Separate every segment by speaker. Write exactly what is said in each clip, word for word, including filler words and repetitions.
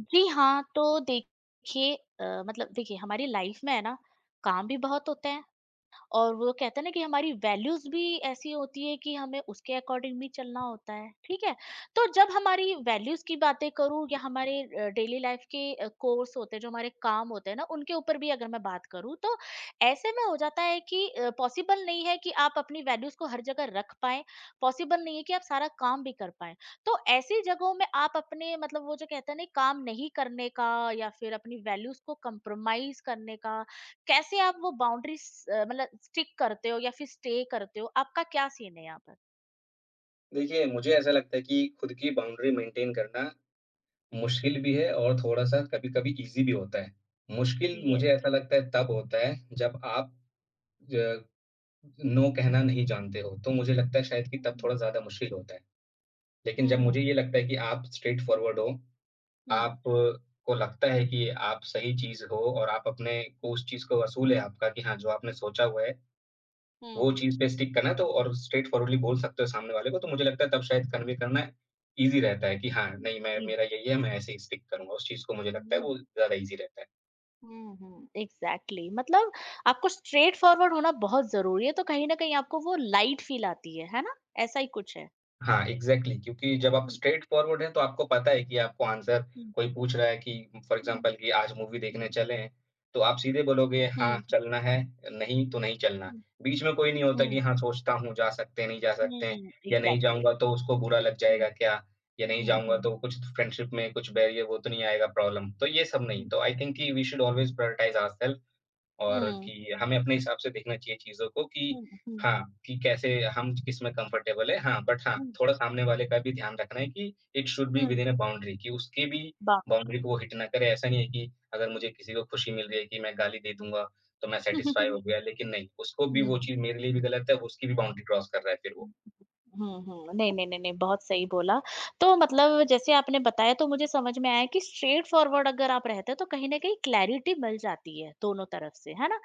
Speaker 1: जी हाँ, तो देखिए। अ, मतलब देखिए, हमारी लाइफ में है ना, काम भी बहुत होते हैं। और वो कहते हैं ना कि हमारी वैल्यूज भी ऐसी होती है कि हमें उसके अकॉर्डिंग भी चलना होता है, ठीक है। तो जब हमारी वैल्यूज की बातें करूँ या हमारे डेली लाइफ के कोर्स होते हैं, जो हमारे काम होते हैं ना उनके ऊपर भी अगर मैं बात करूँ, तो ऐसे में हो जाता है कि पॉसिबल नहीं है कि आप अपनी वैल्यूज को हर जगह रख पाए। पॉसिबल नहीं है कि आप सारा काम भी कर पाए। तो ऐसी जगहों में आप अपने मतलब वो जो कहते हैं ना, काम नहीं करने का या फिर अपनी वैल्यूज को कंप्रोमाइज करने का, कैसे आप वो बाउंड्री मतलब स्टिक करते हो या फिर स्टे करते हो? आपका क्या सीन है यहाँ पर?
Speaker 2: देखिए, मुझे ऐसा लगता है कि खुद की बाउंड्री मेंटेन करना
Speaker 1: हुँ।
Speaker 2: मुश्किल भी है और थोड़ा-सा कभी-कभी ईज़ी भी होता है। मुश्किल
Speaker 1: यस।
Speaker 2: मुझे ऐसा लगता है तब होता है जब आप ज नो कहना नहीं जानते हो, तो मुझे लगता है शायद कि
Speaker 1: हुँ,
Speaker 2: तब थोड़ा
Speaker 1: हुँ।
Speaker 2: ज़्यादा मुश्किल होता है। लेकिन जब मुझे
Speaker 1: हुँ।
Speaker 2: ये लगता है कि आप स्ट्रेट फॉरवर्ड हो,
Speaker 1: हुँ।
Speaker 2: आप अ, को लगता है कि आप सही चीज़ हो और आप अपने को उस चीज़ का वसूल है आपका कि हाँ, जो आपने सोचा हुआ है वो
Speaker 1: हुँ।
Speaker 2: चीज़ पे स्टिक करना है, तो और स्ट्रेट फॉरवर्डली बोल सकते हो सामने वाले को, तो मुझे लगता है तब शायद कन्वे करना ईज़ी रहता है कि हाँ, नहीं मैं, मेरा
Speaker 1: इज़ी।
Speaker 2: यही है, मैं ऐसे ही स्टिक करूँगा। उस चीज़ को मुझे लगता है
Speaker 1: हुँ,
Speaker 2: वो ज़्यादा ईज़ी रहता है।
Speaker 1: हुँ, हुँ। एग्ज़ैक्टली। मतलब आपको स्ट्रेट फॉरवर्ड होना बहुत ज़रूरी है, तो कहीं न कहीं आपको वो लाइट फ़ील आती है, है ना? ऐसा ही कुछ है।
Speaker 2: हाँ, एग्ज़ैक्टली, क्योंकि जब आप
Speaker 1: हुँ।
Speaker 2: स्ट्रेट फॉरवर्ड हैं, तो आपको पता है कि आपको आंसर,
Speaker 1: हुँ।
Speaker 2: कोई पूछ रहा है कि फॉर
Speaker 1: हुँ,
Speaker 2: एग्ज़ाम्पल कि आज मूवी
Speaker 1: हुँ,
Speaker 2: देखने चलें, तो आप सीधे बोलोगे हाँ,
Speaker 1: हुँ,
Speaker 2: चलना है, नहीं तो नहीं चलना।
Speaker 1: हुँ,
Speaker 2: बीच में कोई नहीं होता कि
Speaker 1: हुँ,
Speaker 2: हाँ, सोचता हूँ जा सकते हैं, नहीं जा सकते हैं,
Speaker 1: हुँ,
Speaker 2: या नहीं
Speaker 1: एग्ज़ैक्टली।
Speaker 2: जाऊँगा तो उसको बुरा लग
Speaker 1: हुँ,
Speaker 2: जाएगा क्या? या नहीं
Speaker 1: हुँ,
Speaker 2: जाऊँगा
Speaker 1: हुँ,
Speaker 2: तो कुछ फ्रेंडशिप में कुछ बैरियर वो तो नहीं आएगा, प्रॉब्लम, तो ये सब नहीं।
Speaker 1: हुँ,
Speaker 2: तो आई थिंक कि we should always prioritize ourselves और
Speaker 1: हुँ,
Speaker 2: कि हमें अपने हिसाब से देखना चाहिए चीज़ों को कि
Speaker 1: हुँ, हुँ,
Speaker 2: हाँ, कि कैसे हम किसमें कंफर्टेबल हैं। हाँ, बट हाँ,
Speaker 1: हुँ,
Speaker 2: थोड़ा सामने वाले का भी ध्यान रखना है कि it should be
Speaker 1: hmm.
Speaker 2: Within a boundary, कि उसकी भी
Speaker 1: बा
Speaker 2: बाउंड्री को वो हिट ना करे। ऐसा नहीं है कि अगर मुझे किसी को खुशी मिल रही है कि मैं गाली दे दूँगा, तो मैं
Speaker 1: हुँ, हुँ,
Speaker 2: सैटिस्फाई हो
Speaker 1: हुँ।
Speaker 2: गया, लेकिन नहीं, उसको भी
Speaker 1: हुँ।
Speaker 2: वो चीज़, मेरे लिए भी गलत है, उसकी भी बाउंड्री क्रॉस कर रहा है फिर वो।
Speaker 1: हुँ, हुँ। नहीं, नहीं, नहीं, नहीं, बहुत सही बोला। तो मतलब जैसे आपने बताया, तो मुझे समझ में आया कि स्ट्रेट फॉरवर्ड अगर आप रहते हो तो कहीं न कहीं क्लैरिटी मिल जाती है दोनों तरफ से, है ना?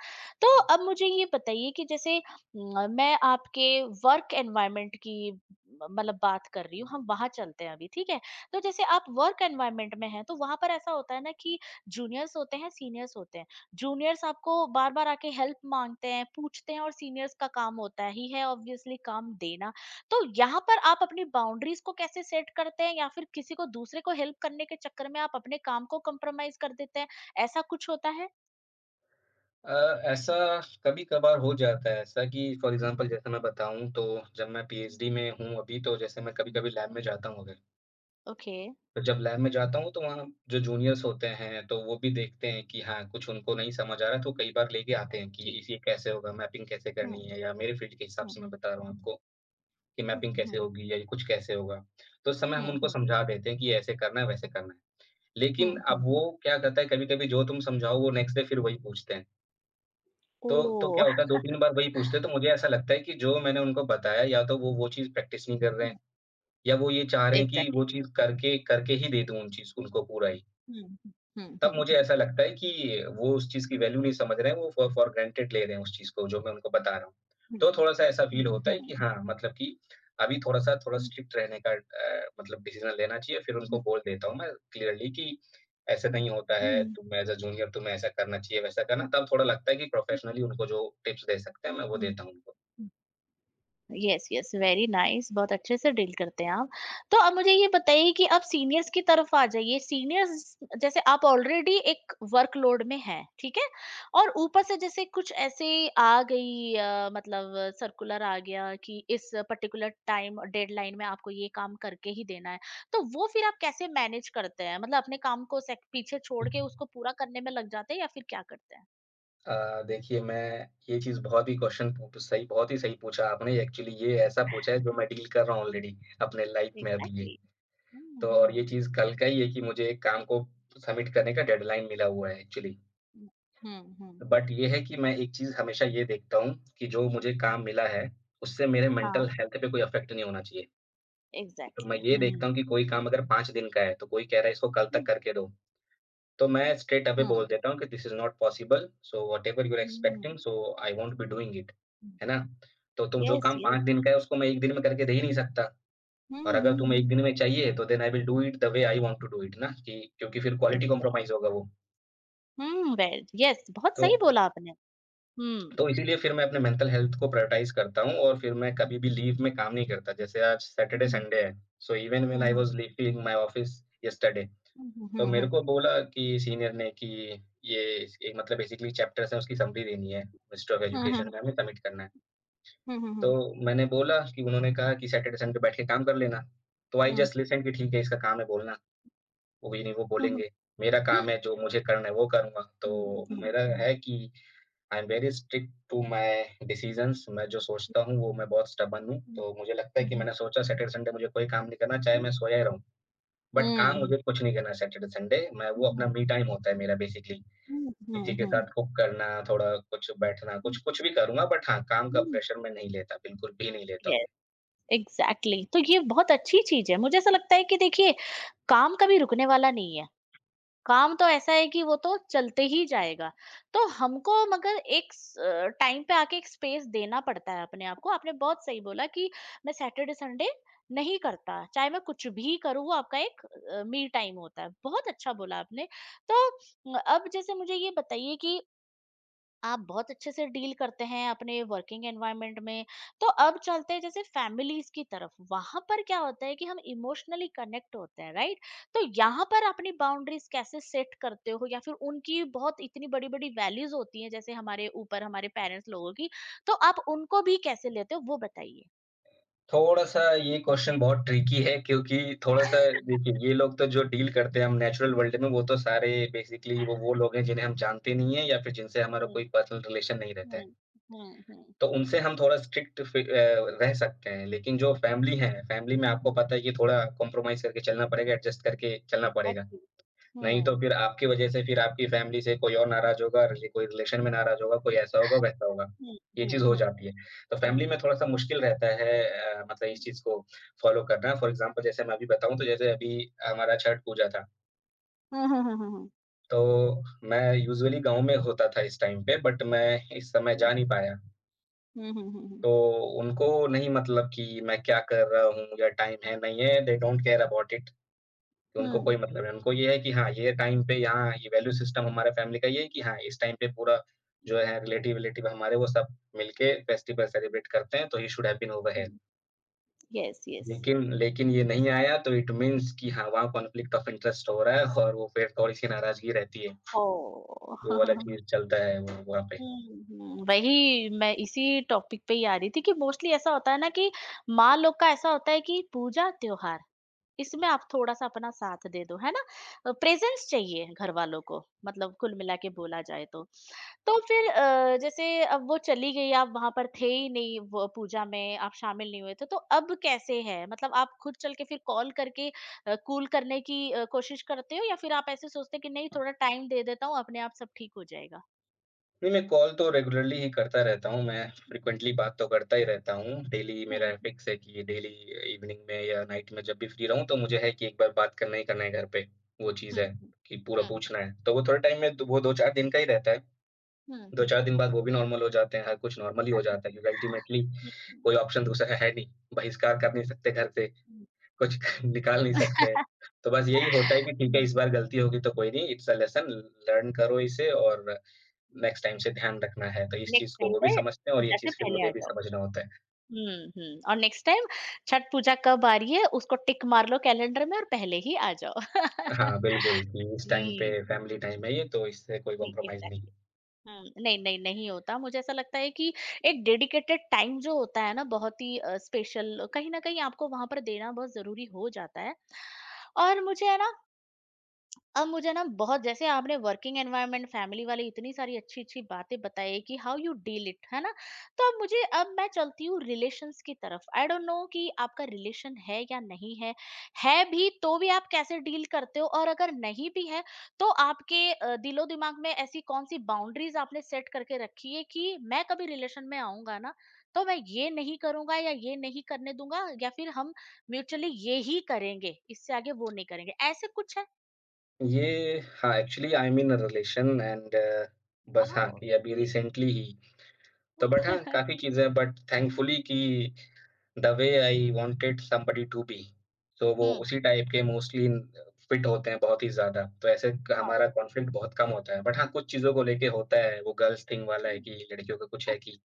Speaker 1: तो अब मुझे ये बताइए कि जैसे म मैं आपके वर्क एनवायरनमेंट की म मतलब बात कर रही हूँ, हम वहाँ चलते हैं अभी, ठीक है? तो जैसे आप वर्क एनवायरनमेंट में हैं तो वहाँ पर ऐसा होता है ना कि जूनियर्स होते हैं, सीनियर्स होते हैं। जूनियर्स आपको बार-बार आके हेल्प माँगते हैं, पूछते हैं, और सीनियर्स का काम होता ही है ऑब्वियसली काम देना। तो यहाँ पर आप अपनी बाउंड्रीज को कैसे सेट करते हैं, या फिर किसी को दूसरे को हेल्प करने के चक्कर में आप अपने काम को कॉम्प्रोमाइज कर देते हैं? ऐसा कुछ होता है?
Speaker 2: अ, ऐसा कभी-कभार हो जाता है ऐसा कि फॉर
Speaker 1: हम्म,
Speaker 2: एग्ज़ाम्पल जैसे मैं बताऊँ, तो जब मैं पीएचडी
Speaker 1: हम्म,
Speaker 2: में हूँ अभी, तो जैसे मैं कभी-कभी
Speaker 1: हम्म,
Speaker 2: लैब में जाता हूँ, अगर
Speaker 1: ओके।
Speaker 2: तो जब लैब में जाता हूँ, तो वहाँ जो जूनियर्स होते हैं, तो वो भी देखते हैं कि हाँ, कुछ उनको नहीं समझ आ रहा है, तो
Speaker 1: हम्म,
Speaker 2: कई बार लेके आते हैं कि
Speaker 1: जी।
Speaker 2: इस, ये कैसे होगा, मैपिंग कैसे करनी
Speaker 1: हम्म।
Speaker 2: है, या मेरे फ़ील्ड के हिसाब
Speaker 1: हम्म।
Speaker 2: से मैं बता रहा हूँ
Speaker 1: हम्म।
Speaker 2: आपको कि
Speaker 1: हम्म।
Speaker 2: मैपिंग कैसे
Speaker 1: हम्म।
Speaker 2: होगी या ये कुछ कैसे होगा। तो उस समय हम
Speaker 1: हम्म।
Speaker 2: उनको
Speaker 1: हम्म।
Speaker 2: समझा देते हैं कि ये ऐसे करना है, वैसे करना है।
Speaker 1: हम्म,
Speaker 2: लेकिन
Speaker 1: हम्म,
Speaker 2: अब
Speaker 1: हम्म,
Speaker 2: वो क्या करता है, कभी-कभी जो तुम समझाओ, वो नेक्स्ट डे फिर वही पूछते हैं।
Speaker 1: ओ।
Speaker 2: तो तो क्या होता है, दो तीन बार वही पूछते हैं, तो मुझे ऐसा लगता है कि जो मैंने उनको बताया, या तो वो वो चीज़ प्रैक्टिस नहीं कर रहे हैं,
Speaker 1: हम्म,
Speaker 2: या वो ये चाह रहे हैं कि
Speaker 1: एग्जैक्ट
Speaker 2: वो चीज़ करके करके ही दे दूँ उन चीज़ उनको पूरा ही।
Speaker 1: हम्म, हम्म,
Speaker 2: तब
Speaker 1: हम्म,
Speaker 2: मुझे
Speaker 1: हम्म,
Speaker 2: ऐसा लगता है कि वो उस चीज़ की वैल्यू नहीं समझ रहे हैं, वो फ़ॉर फ़ॉर ग्रांटेड ले रहे हैं उस चीज़ को, जो मैं उनको बता रहा हूँ।
Speaker 1: हम्म,
Speaker 2: तो थोड़ा-सा ऐसा फ़ील
Speaker 1: हम्म,
Speaker 2: होता है कि
Speaker 1: हम्म,
Speaker 2: हाँ, मतलब कि अभी थोड़ा-सा थोड़ा
Speaker 1: हम्म,
Speaker 2: स्ट्रिक्ट रहने का अ, मतलब डिसीज़न लेना चाहिए, फिर उनको
Speaker 1: हम्म,
Speaker 2: बोल देता हूँ मैं क्लियरली कि ऐसा
Speaker 1: हम्म,
Speaker 2: नहीं होता
Speaker 1: हम्म,
Speaker 2: है,
Speaker 1: हम्म,
Speaker 2: तुम एज़ अ जूनियर तुम्हें ऐसा करना चाहिए, वैसा करना। तब थोड़ा लगता है कि
Speaker 1: हम्म,
Speaker 2: प्रोफ़ेशनली उनको जो टिप्स दे सकते हैं, मैं वो
Speaker 1: हम्म,
Speaker 2: देता हूँ उनको।
Speaker 1: हम्म, यस, यस। Very nice. बहुत अच्छे से डील करते हैं आप। तो अब मुझे ये बताइए कि अब सीनियर्स की तरफ आ जाइए। सीनियर्स, जैसे आप ऑलरेडी एक वर्कलोड में हैं, ठीक है। और ऊपर से जैसे कुछ ऐसे आ गई, अ, मतलब सर्कुलर आ गया कि इस पर्टिकुलर टाइम डेडलाइन में आपको ये काम करके ही देना है। तो वो फिर आप कैसे मैनेज करते हैं? मतलब अपने काम को sec- पीछे छोड़ के उसको पूरा करने में लग जाते हैं या फिर क्या करते हैं?
Speaker 2: अ, देखिए, मैं ये चीज़ बहुत ही क्वेश्चन पू सही, बहुत ही सही पूछा आपने। एक्चुअली ये ऐसा पूछा है जो मैं डील कर रहा हूँ ऑलरेडी अपने लाइफ़ में अभी ये।
Speaker 1: एग्जैक्टली। हम्म,
Speaker 2: तो और
Speaker 1: हम्म,
Speaker 2: ये चीज़ कल का ही है कि मुझे एक काम को सबमिट करने का डेडलाइन मिला हुआ है एक्चुअली।
Speaker 1: हम्म, हम्म,
Speaker 2: बट ये है कि मैं एक चीज़ हमेशा ये देखता हूँ कि जो मुझे काम मिला है, उससे मेरे
Speaker 1: हाँ।
Speaker 2: मेंटल हेल्थ पे कोई इफ़ेक्ट नहीं होना चाहिए। तो मैं
Speaker 1: Exactly.
Speaker 2: ये
Speaker 1: Hmm.
Speaker 2: देखता हूँ कि कोई काम अगर पाँच दिन का है, तो कोई कह रहा है इसको कल तक
Speaker 1: Hmm.
Speaker 2: करके दो, तो मैं स्ट्रेट अवे
Speaker 1: Hmm.
Speaker 2: बोल देता हूँ कि this is not possible, so whatever you are expecting,
Speaker 1: hmm,
Speaker 2: so I won't be doing it.
Speaker 1: हुँ।
Speaker 2: है ना? तो तुम जो
Speaker 1: यस,
Speaker 2: काम
Speaker 1: यस।
Speaker 2: पाँच दिन का है उसको मैं एक दिन में करके दे ही नहीं सकता।
Speaker 1: हुँ,
Speaker 2: और
Speaker 1: हुँ,
Speaker 2: अगर तुम्हें एक
Speaker 1: हुँ।
Speaker 2: दिन में चाहिए, तो then I will do it the way I want to do it, ना कि क्योंकि फिर क्वालिटी
Speaker 1: एग्ज़ैक्ट
Speaker 2: कॉम्प्रोमाइज़ होगा वो।
Speaker 1: हुँ, वेल यस, बहुत
Speaker 2: तो
Speaker 1: सही बोला आपने। हुँ।
Speaker 2: तो इसीलिए फिर मैं अपने मेंटल हेल्थ को प्रायोरिटाइज़ करता हूँ और फिर मैं कभी
Speaker 1: हुँ,
Speaker 2: भी लीव में काम नहीं करता। जैसे आज सैटरडे,
Speaker 1: हुँ, हुँ,
Speaker 2: संडे है, so even
Speaker 1: hmm,
Speaker 2: when I
Speaker 1: hmm,
Speaker 2: was leaving my office yesterday,
Speaker 1: hmm,
Speaker 2: तो
Speaker 1: हुँ,
Speaker 2: मेरे
Speaker 1: हुँ,
Speaker 2: को बोला, कि सीनियर ने कि ये एक, मतलब बेसिकली चैप्टर्स हैं, उसकी समरी देनी है, ministry of
Speaker 1: hmm, hmm,
Speaker 2: education में हमें सबमिट करना है।
Speaker 1: हुँ, हुँ,
Speaker 2: तो
Speaker 1: हुँ,
Speaker 2: मैंने बोला, कि उन्होंने कहा कि सैटरडे, संडे बैठ के काम कर लेना। तो आई
Speaker 1: हुँ,
Speaker 2: जस्ट लिस्टेंड कि ठीक है, इसका काम है बोलना। वो भी नहीं, वो
Speaker 1: हुँ, हुँ, हुँ,
Speaker 2: बोलेंगे, मेरा काम है, जो मुझे करना है वो करूँगा। तो
Speaker 1: हुँ,
Speaker 2: मेरा
Speaker 1: हुँ,
Speaker 2: है कि I am very strict to my decisions, मैं जो सोचता हूँ वो, मैं बहुत स्टबर्न हूँ।
Speaker 1: हुँ,
Speaker 2: तो मुझे लगता है कि
Speaker 1: हुँ,
Speaker 2: मैंने सोचा सैटरडे संडे मुझे कोई काम नहीं करना, चाहे
Speaker 1: हुँ,
Speaker 2: मैं सोया ही रहूँ। बट
Speaker 1: हुँ,
Speaker 2: काम
Speaker 1: हुँ,
Speaker 2: मुझे कुछ नहीं करना है सैटरडे संडे, मैं, वो अपना मी टाइम होता है मेरा बेसिकली।
Speaker 1: हुँ,
Speaker 2: किसी
Speaker 1: हुँ,
Speaker 2: के साथ
Speaker 1: हुँ,
Speaker 2: कुक करना, थोड़ा कुछ बैठना, कुछ कुछ भी करूँगा, बट हाँ, काम का
Speaker 1: हुँ,
Speaker 2: प्रेशर मैं नहीं लेता, बिल्कुल भी नहीं लेता हूँ।
Speaker 1: यस। एग्ज़ैक्टली। तो ये बहुत अच्छी चीज़ है। मुझे ऐसा लगता है कि देखिए, काम कभी रुकने वाला नहीं है। काम तो ऐसा है कि वो तो चलते ही जाएगा। तो हमको मगर एक स अ, टाइम पे आके एक स्पेस देना पड़ता है अपने आप को। आपने बहुत सही बोला कि मैं सैटरडे, संडे नहीं करता, चाहे मैं कुछ भी करूँ, वो आपका एक अ, मी टाइम होता है। बहुत अच्छा बोला आपने। तो अ, अब जैसे मुझे ये बताइए कि आप बहुत अच्छे से डील करते हैं अपने वर्किंग एनवायरनमेंट में। तो अब चलते हैं जैसे फैमिलीज़ की तरफ, वहाँ पर क्या होता है कि हम इमोशनली कनेक्ट होते हैं, राइट? तो यहाँ पर अपनी बाउंड्रीज़ कैसे सेट करते हो, या फिर उनकी बहुत इतनी बड़ी-बड़ी वैल्यूज़ होती हैं जैसे हमारे ऊपर हमारे पेरेंट्स लोगों की, तो आप उनको भी कैसे लेते हो वो बताइए?
Speaker 2: थोड़ा-सा ये क्वेश्चन बहुत ट्रिकी है, क्योंकि थोड़ा-सा, देखिए, ये लोग तो जो डील करते हैं हम नेचुरल वर्ल्ड में, वो तो सारे बेसिकली वो वो लोग हैं जिन्हें हम जानते नहीं हैं, या फिर जिनसे हमारा
Speaker 1: हुँ,
Speaker 2: कोई पर्सनल रिलेशन नहीं रहता है।
Speaker 1: हुँ, हुँ, हुँ।
Speaker 2: तो उनसे हम थोड़ा स्ट्रिक्ट फि अ, रह सकते हैं, लेकिन जो फैमिली है, फैमिली में आपको पता है, ये थोड़ा कॉम्प्रोमाइज़ करके चलना पड़ेगा, एडजस्ट करके चलना पड़ेगा।
Speaker 1: एग्ज़ैक्टली। हुँ,
Speaker 2: नहीं तो
Speaker 1: हुँ,
Speaker 2: फिर आपकी वजह से फिर आपकी फैमिली से कोई और नाराज़ होगा, रिले कोई रिलेशन में नाराज़ होगा, कोई ऐसा होगा, वैसा होगा।
Speaker 1: हुँ,
Speaker 2: ये चीज़
Speaker 1: हुँ,
Speaker 2: हो
Speaker 1: हुँ,
Speaker 2: जाती है। तो
Speaker 1: हुँ।
Speaker 2: फैमिली में थोड़ा-सा मुश्किल रहता है अ, मतलब इस चीज़ को फ़ॉलो करना। फॉर एग्ज़ाम्पल जैसे मैं अभी बताऊँ, तो जैसे अभी हमारा छठ पूजा था,
Speaker 1: हुँ, हुँ, हुँ, हुँ, हुँ।
Speaker 2: तो मैं यूजुअली गाँव में होता था इस टाइम पे, बट मैं इस समय जा
Speaker 1: जी।
Speaker 2: नहीं पाया।
Speaker 1: हुँ, हुँ, हुँ, हुँ।
Speaker 2: तो उनको नहीं, मतलब कि मैं क्या कर रहा हूँ या टाइम है, नहीं है, they don't care about it. कि उनको
Speaker 1: हुँ।
Speaker 2: कोई मतलब है, उनको ये है कि हाँ, ये टाइम पे, यहाँ ये वैल्यू सिस्टम हमारा फ़ैमिली का ये है कि हाँ, इस टाइम पे पूरा जो है रिलेटिव-विलेटिव हमारे, वो सब मिलके फेस्टिवल सेलिब्रेट करते हैं, तो he should have been over here.
Speaker 1: Hmm, yes, yes.
Speaker 2: लेकिन लेकिन ये नहीं आया, तो इट मीन्स कि हाँ, वहाँ कॉन्फ्लिक्ट ऑफ इंटरेस्ट हो रहा है और वो फिर थोड़ी-सी नाराज़गी रहती है।
Speaker 1: ओह!
Speaker 2: वो वाला चीज़ चलता है वो वहाँ पे।
Speaker 1: हुँ, हुँ, वही मैं इसी टॉपिक पे ही आ रही थी कि मोस्टली ऐसा होता है ना कि माँ लोग का ऐसा होता है कि पूजा-त्योहार, इसमें आप थोड़ा-सा अपना साथ दे दो, है ना? अ, प्रेज़ेंस चाहिए घरवालों को, मतलब कुल मिला के बोला जाए तो। तो फिर, अ, जैसे अब वो चली गई, आप वहाँ पर थे ही नहीं वो पूजा में, आप शामिल नहीं हुए थे, तो अब कैसे है? मतलब आप खुद चल के फिर कॉल करके अ, कूल करने की अ, कोशिश करते हो, या फिर आप ऐसे सोचते हो कि नहीं, थोड़ा टाइम दे देता हूँ, अपने आप सब ठीक हो जाएगा?
Speaker 2: नहीं, मैं कॉल तो रेगुलरली ही करता रहता हूँ, मैं फ्रीक्वेंटली बात तो करता ही रहता हूँ। डेली
Speaker 1: हुँ,
Speaker 2: मेरा
Speaker 1: हुँ,
Speaker 2: फिक्स है कि डेली इवनिंग में या नाइट में जब भी फ्री रहूँ, तो मुझे है कि एक बार बात करना ही करना है घर पे, वो
Speaker 1: हुँ,
Speaker 2: चीज़
Speaker 1: हुँ,
Speaker 2: है
Speaker 1: हुँ,
Speaker 2: कि पूरा
Speaker 1: हुँ, हुँ,
Speaker 2: पूछना है। तो वो थोड़े टाइम में वो दो चार दिन का ही रहता है।
Speaker 1: हुँ, हुँ।
Speaker 2: दो चार दिन बाद वो भी नॉर्मल हो जाते हैं, हर कुछ नॉर्मल ही हो जाता है, क्योंकि अल्टीमेटली
Speaker 1: हुँ,
Speaker 2: कोई ऑप्शन दूसरा है नहीं, बहिष्कार कर नहीं सकते घर से।
Speaker 1: हुँ,
Speaker 2: कुछ निकाल नहीं सकते हैं। तो बस यही होता है कि ठीक है,
Speaker 1: हुँ।
Speaker 2: इस बार गलती होगी तो कोई नहीं, इट्स अ लेसन, लर्न करो इसे और नेक्स्ट टाइम से ध्यान रखना है। तो इस
Speaker 1: नेक्स्ट
Speaker 2: चीज़ को
Speaker 1: टाइम
Speaker 2: वो भी
Speaker 1: से
Speaker 2: समझते हैं और ये
Speaker 1: पूजा से
Speaker 2: चीज़ फिर
Speaker 1: पहले
Speaker 2: मुझे
Speaker 1: आ
Speaker 2: भी
Speaker 1: जाओ।
Speaker 2: समझना होता है।
Speaker 1: हुँ, हुँ। और नेक्स्ट टाइम छठ पूजा कब आ रही है उसको टिक मार लो कैलेंडर में और पहले ही आ जाओ।
Speaker 2: हाँ, बिल्कुल, कि इस टाइम पे
Speaker 1: जी, जी।
Speaker 2: फैमिली टाइम है, ये तो, इससे कोई
Speaker 1: जी,
Speaker 2: कॉम्प्रोमाइज़ नहीं।
Speaker 1: एग्ज़ैक्टली। हुँ, नहीं, नहीं, नहीं होता। मुझे ऐसा लगता है कि एक डेडिकेटेड टाइम जो होता है ना, बहुत ही अ, स्पेशल, कहीं न कहीं आपको वहाँ पर देना बहुत ज़रूरी हो जाता है। और मुझे है ना, अब मुझे ना बहुत, जैसे आपने वर्किंग एनवायरनमेंट, फैमिली वाली इतनी सारी अच्छी अच्छी बातें बताई कि हाउ यू डील इट, है ना। तो अब मुझे, अब मैं चलती हूँ रिलेशंस की तरफ। आई डोंट नो कि आपका रिलेशन है या नहीं है। है भी तो भी आप कैसे डील करते हो, और अगर नहीं भी है तो आपके अ, दिलो दिमाग में ऐसी कौन सी बाउंड्रीज आपने सेट करके रखी है कि मैं कभी रिलेशन में आऊंगा ना, तो मैं ये नहीं करूंगा या ये नहीं करने दूंगा, या फिर हम म्यूचुअली ये ही करेंगे, इससे आगे वो नहीं करेंगे, ऐसे कुछ है?
Speaker 2: ये हाँ, actually I am in a relation, and बस हाँ,
Speaker 1: वाओ!
Speaker 2: कि अभी
Speaker 1: ये
Speaker 2: रिसेंटली ही तो।
Speaker 1: हुँ।
Speaker 2: बट हाँ, काफ़ी चीज़ें हैं, बट थैंकफुली कि the way I wanted somebody to be, तो वो उसी टाइप के मोस्टली फिट होते हैं बहुत ही ज़्यादा। तो ऐसे क-
Speaker 1: वाओ!
Speaker 2: हमारा कॉन्फ्लिक्ट बहुत कम होता है। बट हाँ, कुछ चीज़ों को लेके होता है, वो गर्ल्स थिंग वाला है,
Speaker 1: हुँ,
Speaker 2: कि लड़कियों का कुछ है, कि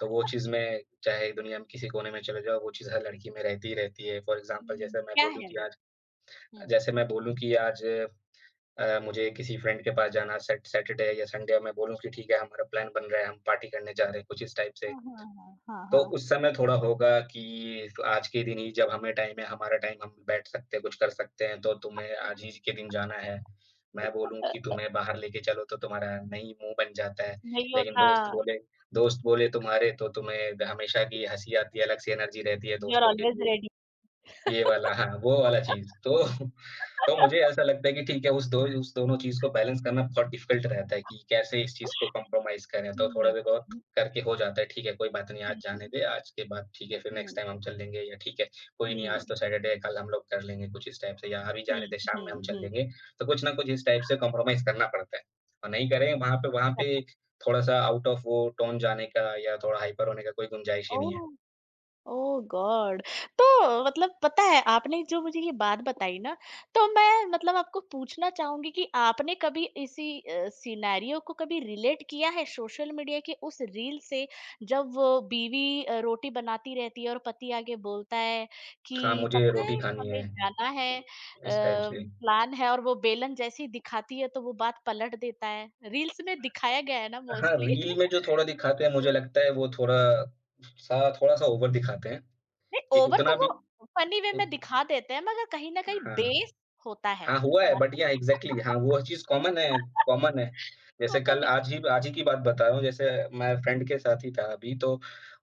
Speaker 2: तो वो चीज़ में चाहे दुनिया में किसी कोने में चले जाओ, वो चीज़ हर लड़की में रहती ही रहती है। फॉर एग्ज़ाम्पल
Speaker 1: हुँ,
Speaker 2: जैसे मैं
Speaker 1: क्या
Speaker 2: बोलूँ
Speaker 1: है
Speaker 2: कि
Speaker 1: वो?
Speaker 2: आज
Speaker 1: हुँ।
Speaker 2: जैसे मैं बोलूँ कि आज अ, मुझे किसी फ्रेंड के पास जाना, सैट सैटरडे या संडे मैं बोलूँ कि ठीक है, हमारा प्लान बन रहा है, हम पार्टी करने जा रहे हैं, कुछ इस टाइप से।
Speaker 1: हाँ, हाँ, हाँ, हाँ,
Speaker 2: तो
Speaker 1: हाँ।
Speaker 2: उस समय थोड़ा होगा कि आज के दिन ही जब हमें टाइम है, हमारा टाइम हम बैठ सकते हैं, कुछ कर सकते हैं, तो तुम्हें आज ही के दिन जाना है। मैं बोलूँ कि तुम्हें बाहर लेके चलो तो तुम्हारा नहीं मुँह बन जाता है,
Speaker 1: नहीं
Speaker 2: लेकिन
Speaker 1: होता।
Speaker 2: दोस्त बोले दोस्त बोले तुम्हारे तो तुम्हें हमेशा की हँसी आती है, अलग से एनर्जी रहती है
Speaker 1: यू आर
Speaker 2: दोस्तों के
Speaker 1: ऑलवेज़
Speaker 2: लिए।
Speaker 1: रेडी।
Speaker 2: ये वाला हाँ, वो वाला चीज़ तो तो मुझे ऐसा लगता है कि ठीक है उस दो उस दोनों चीज़ को बैलेंस करना बहुत डिफ़िकल्ट रहता है कि कैसे इस चीज़ को कॉम्प्रोमाइज़ करें, तो थोड़ा
Speaker 1: जी।
Speaker 2: भी बहुत
Speaker 1: हुँ,
Speaker 2: करके हो जाता है, ठीक है कोई बात नहीं आज जाने
Speaker 1: हुँ,
Speaker 2: दे, आज के बाद ठीक है फिर नेक्स्ट
Speaker 1: हुँ,
Speaker 2: टाइम हम चल लेंगे या ठीक है, कोई नहीं
Speaker 1: हुँ,
Speaker 2: आज तो सैटरडे है कल हम लोग कर लेंगे कुछ इस टाइप से या अभी
Speaker 1: हुँ,
Speaker 2: जाने दे शाम में हम
Speaker 1: हुँ,
Speaker 2: चल
Speaker 1: हुँ।
Speaker 2: लेंगे। तो कुछ ना कुछ इस टाइप से कॉम्प्रोमाइज़ करना पड़ता है और नहीं करें वहाँ पे वहाँ पे थोड़ा-सा आउट ऑफ वो टोन जाने का या थोड़ा हाइपर होने का कोई गुंजाइश ही नहीं
Speaker 1: ओह!
Speaker 2: है।
Speaker 1: Oh god! तो मतलब पता है, आपने जो मुझे ये बात बताई ना, तो मैं मतलब आपको पूछना चाहूँगी कि आपने कभी इसी अ, सिनेरियो को कभी रिलेट किया है सोशल मीडिया के उस रील से, जब वो बीवी अ, रोटी बनाती रहती है और पति आके बोलता है
Speaker 2: हाँ,
Speaker 1: कि
Speaker 2: मुझे
Speaker 1: पता है
Speaker 2: रोटी खानी है,
Speaker 1: हमें जाना है, अ,
Speaker 2: इस टाइप से।
Speaker 1: प्लान है, और वो बेलन जैसी दिखाती है तो वो बात पलट देता है। रील्स में दिखाया गया है ना
Speaker 2: हाँ,
Speaker 1: मोस्टली।
Speaker 2: रील में जो थोड़ा दिखाते हैं मुझे लगता है वो थोड़ा सा थोड़ा-सा ओवर दिखाते हैं,
Speaker 1: नहीं,
Speaker 2: कि
Speaker 1: ओवर तो
Speaker 2: उतना भी
Speaker 1: वो फनी वे
Speaker 2: उ
Speaker 1: में दिखा देते हैं मगर कहीं न कहीं
Speaker 2: हाँ।
Speaker 1: बेस होता है।
Speaker 2: हाँ, हुआ है
Speaker 1: बात
Speaker 2: बट
Speaker 1: तो
Speaker 2: यहाँ एग्ज़ैक्टली हाँ, वो चीज़ कॉमन है, कॉमन है। जैसे कल
Speaker 1: कॉमन है।
Speaker 2: आज ही आज ही की बात बता रहा हूँ, जैसे मैं फ्रेंड के साथ ही था अभी, तो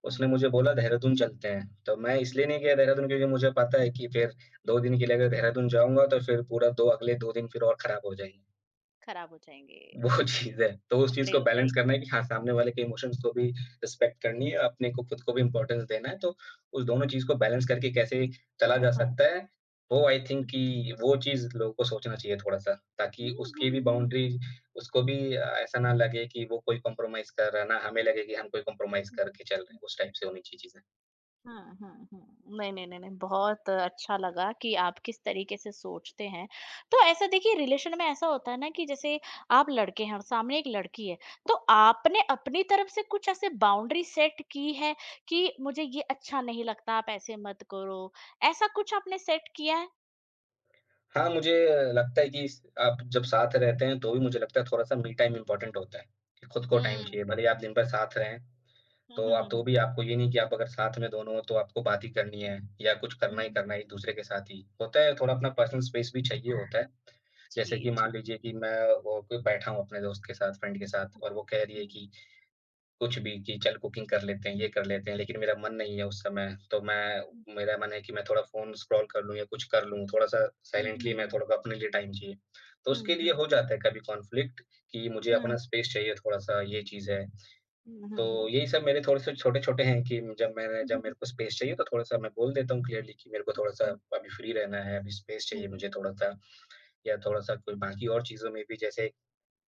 Speaker 1: हुँ,
Speaker 2: उसने मुझे बोला देहरादून चलते हैं। तो मैं
Speaker 1: हुँ।
Speaker 2: इसलिए नहीं गया देहरादून क्योंकि मुझे पता है कि फिर दो दिन के लिए अगर देहरादून जाऊँगा तो फिर पूरा दो अगले दो दिन फिर और खराब हो जाएँगे।
Speaker 1: खराब हो जाएँगे,
Speaker 2: वो चीज़ है, तो उस चीज़
Speaker 1: तगड़े
Speaker 2: को
Speaker 1: हो
Speaker 2: बैलेंस
Speaker 1: जाएँगे।
Speaker 2: करना है कि हाँ, सामने वाले के इमोशंस को भी रिस्पेक्ट करनी है, अपने को खुद को भी इम्पोर्टेंस देना है, तो उस दोनों चीज़ को बैलेंस करके कैसे चला
Speaker 1: हाँ,
Speaker 2: जा
Speaker 1: हाँ।
Speaker 2: सकता है, वो आई थिंक कि वो चीज़ लोगों को सोचना चाहिए थोड़ा-सा, ताकि
Speaker 1: हुँ,
Speaker 2: उसकी भी
Speaker 1: हुँ, हुँ।
Speaker 2: बाउंड्रीज़, उसको भी अ, ऐसा ना लगे कि वो कोई कॉम्प्रोमाइज़ कर रहा है, ना हमें लगे कि हम कोई कॉम्प्रोमाइज़
Speaker 1: हुँ,
Speaker 2: करके चल रहे हैं, उस टाइप
Speaker 1: हुँ।
Speaker 2: से होनी चाहिए चीज़ें।
Speaker 1: हाँ, हाँ, हाँ। नहीं, नहीं, नहीं, नहीं, बहुत अच्छा लगा कि आप किस तरीके से सोचते हैं। तो ऐसा देखिए, रिलेशन में ऐसा होता है ना कि जैसे आप लड़के हैं और सामने एक लड़की है, तो आपने अपनी तरफ से कुछ ऐसे बाउंड्री सेट की है कि मुझे ये अच्छा नहीं लगता, आप ऐसे मत करो। ऐसा कुछ आपने सेट किया है?
Speaker 2: हाँ, मुझे लगता है कि स आप जब साथ रहते हैं, तो भी मुझे लगता है थोड़ा-सा मी टाइम इम्पोर्टेंट होता है, कि खुद को टाइम
Speaker 1: हुँ।
Speaker 2: चाहिए, भले ही आप दिन भर साथ रहें,
Speaker 1: हुँ,
Speaker 2: तो
Speaker 1: हुँ,
Speaker 2: आप
Speaker 1: हुँ,
Speaker 2: तो
Speaker 1: हुँ,
Speaker 2: भी
Speaker 1: हुँ।
Speaker 2: आपको ये नहीं कि आप अगर साथ में दोनों हो तो आपको बात ही करनी है या कुछ
Speaker 1: हुँ,
Speaker 2: करना ही
Speaker 1: हुँ।
Speaker 2: करना है एक-दूसरे के साथ ही। होता है थोड़ा अपना पर्सनल स्पेस भी चाहिए होता है। जैसे
Speaker 1: जी,
Speaker 2: कि
Speaker 1: जी।
Speaker 2: मान लीजिए कि मैं वो कोई बैठा हूँ अपने दोस्त के साथ, फ्रेंड के साथ, और वो कह रही है
Speaker 1: हुँ, हुँ।
Speaker 2: कि कुछ भी कि चल कुकिंग कर लेते हैं, ये कर लेते हैं, लेकिन मेरा मन नहीं है उस समय। तो मैं मेरा मन है कि मैं थोड़ा फ़ोन स्क्रॉल कर लूँ या कुछ कर लूँ, थोड़ा-सा
Speaker 1: हुँ,
Speaker 2: साइलेंटली,
Speaker 1: हुँ,
Speaker 2: मैं
Speaker 1: हुँ।
Speaker 2: थोड़ा अपने लिए टाइम चाहिए। तो उसके
Speaker 1: हुँ,
Speaker 2: लिए
Speaker 1: हुँ।
Speaker 2: हो जाता है कभी कॉन्फ्लिक्ट कि मुझे
Speaker 1: हुँ।
Speaker 2: अपना स्पेस चाहिए थोड़ा-सा, ये चीज़ है।
Speaker 1: हुँ,
Speaker 2: तो
Speaker 1: हुँ, हुँ।
Speaker 2: यही सब मेरे थोड़े से छोटे-छोटे हैं कि जब मैंने
Speaker 1: हुँ,
Speaker 2: जब
Speaker 1: हुँ, हुँ।
Speaker 2: मेरे को स्पेस चाहिए तो थोड़ा-सा मैं बोल देता हूँ क्लियरली कि मेरे को थोड़ा-सा
Speaker 1: हुँ।
Speaker 2: अभी फ्री रहना है, अभी स्पेस चाहिए मुझे थोड़ा-सा, या थोड़ा-सा कोई बाकी और चीज़ों में भी जैसे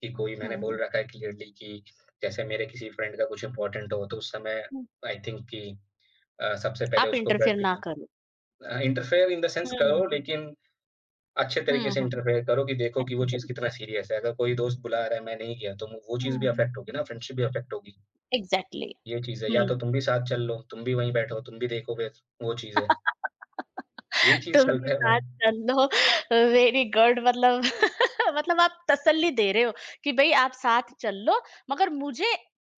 Speaker 2: कि कोई
Speaker 1: हुँ,
Speaker 2: मैंने बोल
Speaker 1: हुँ।
Speaker 2: रखा है क्लियरली कि जैसे मेरे किसी फ्रेंड का कुछ इम्पोर्टेंट हो तो उस समय
Speaker 1: हुँ।
Speaker 2: आई थिंक कि अ, सबसे पहले
Speaker 1: आप
Speaker 2: उसको
Speaker 1: इंटरफेयर
Speaker 2: प्रायोरिटी
Speaker 1: ना
Speaker 2: दें।
Speaker 1: करो।
Speaker 2: Uh, interfere in the sense करो
Speaker 1: Hmm.
Speaker 2: लेकिन अच्छे तरीके से
Speaker 1: Hmm.
Speaker 2: इंटरफेयर करो कि देखो कि वो चीज़ कितना सीरियस है। अगर कोई दोस्त बुला रहा है मैं नहीं गया तो वो चीज़ भी
Speaker 1: Hmm.
Speaker 2: अफ़ेक्ट होगी ना, फ्रेंडशिप भी अफ़ेक्ट होगी।
Speaker 1: Exactly.
Speaker 2: ये चीज़ है, या तो
Speaker 1: Hmm.
Speaker 2: तुम भी साथ चल लो, तुम भी वहीं बैठो, तुम भी देखो फिर, वो चीज़ है। यही चीज़,
Speaker 1: तुम
Speaker 2: जी।
Speaker 1: भी
Speaker 2: है और
Speaker 1: साथ चल लो। Very good. मतलब मतलब आप तसल्ली दे रहे हो कि भई आप साथ चल लो, मगर मुझे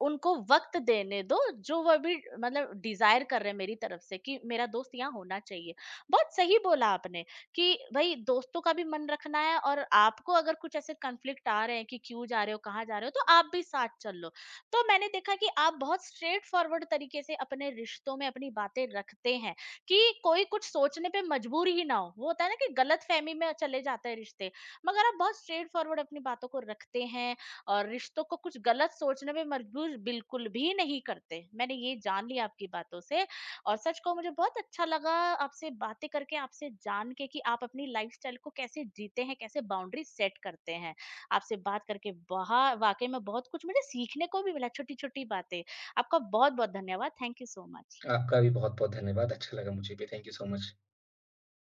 Speaker 1: उनको वक़्त देने दो, जो वो अभी मतलब डिज़ायर कर रहे हैं मेरी तरफ से कि मेरा दोस्त यहाँ होना चाहिए। बहुत सही बोला आपने कि भई दोस्तों का भी मन रखना है, और आपको अगर कुछ ऐसे कॉन्फ्लिक्ट आ रहे हैं कि क्यों जा रहे हो, कहाँ जा रहे हो, तो आप भी साथ चल लो। तो मैंने देखा कि आप बहुत स्ट्रेट फॉरवर्ड तरीके से अपने रिश्तों में अपनी बातें रखते हैं। कि कोई कुछ सोचने पे मजबूर ही ना हो, वो होता है ना कि गलतफहमी में चले जाते हैं रिश्ते। मगर आप बहुत स्ट्रेट फॉरवर्ड अपनी बातों को रखते हैं, और रिश्तों को कुछ गलत सोचने पे मजबूर बिल्कुल भी नहीं करते, मैंने ये जान लिया आपकी बातों से। और सच को मुझे बहुत अच्छा लगा आपसे बातें करके, आपसे जान के कि आप अपनी लाइफस्टाइल को कैसे जीते हैं, कैसे बाउंड्री सेट करते हैं। आपसे बात करके बहुत, वाकई में बहुत कुछ मुझे सीखने को भी मिला, छोटी छोटी बातें। आपका बहुत बहुत धन्यवाद। Thank you so much.
Speaker 2: आपका भी बहुत-बहुत धन्यवाद, अच्छा लगा मुझे भी, थैंक यू सो मच।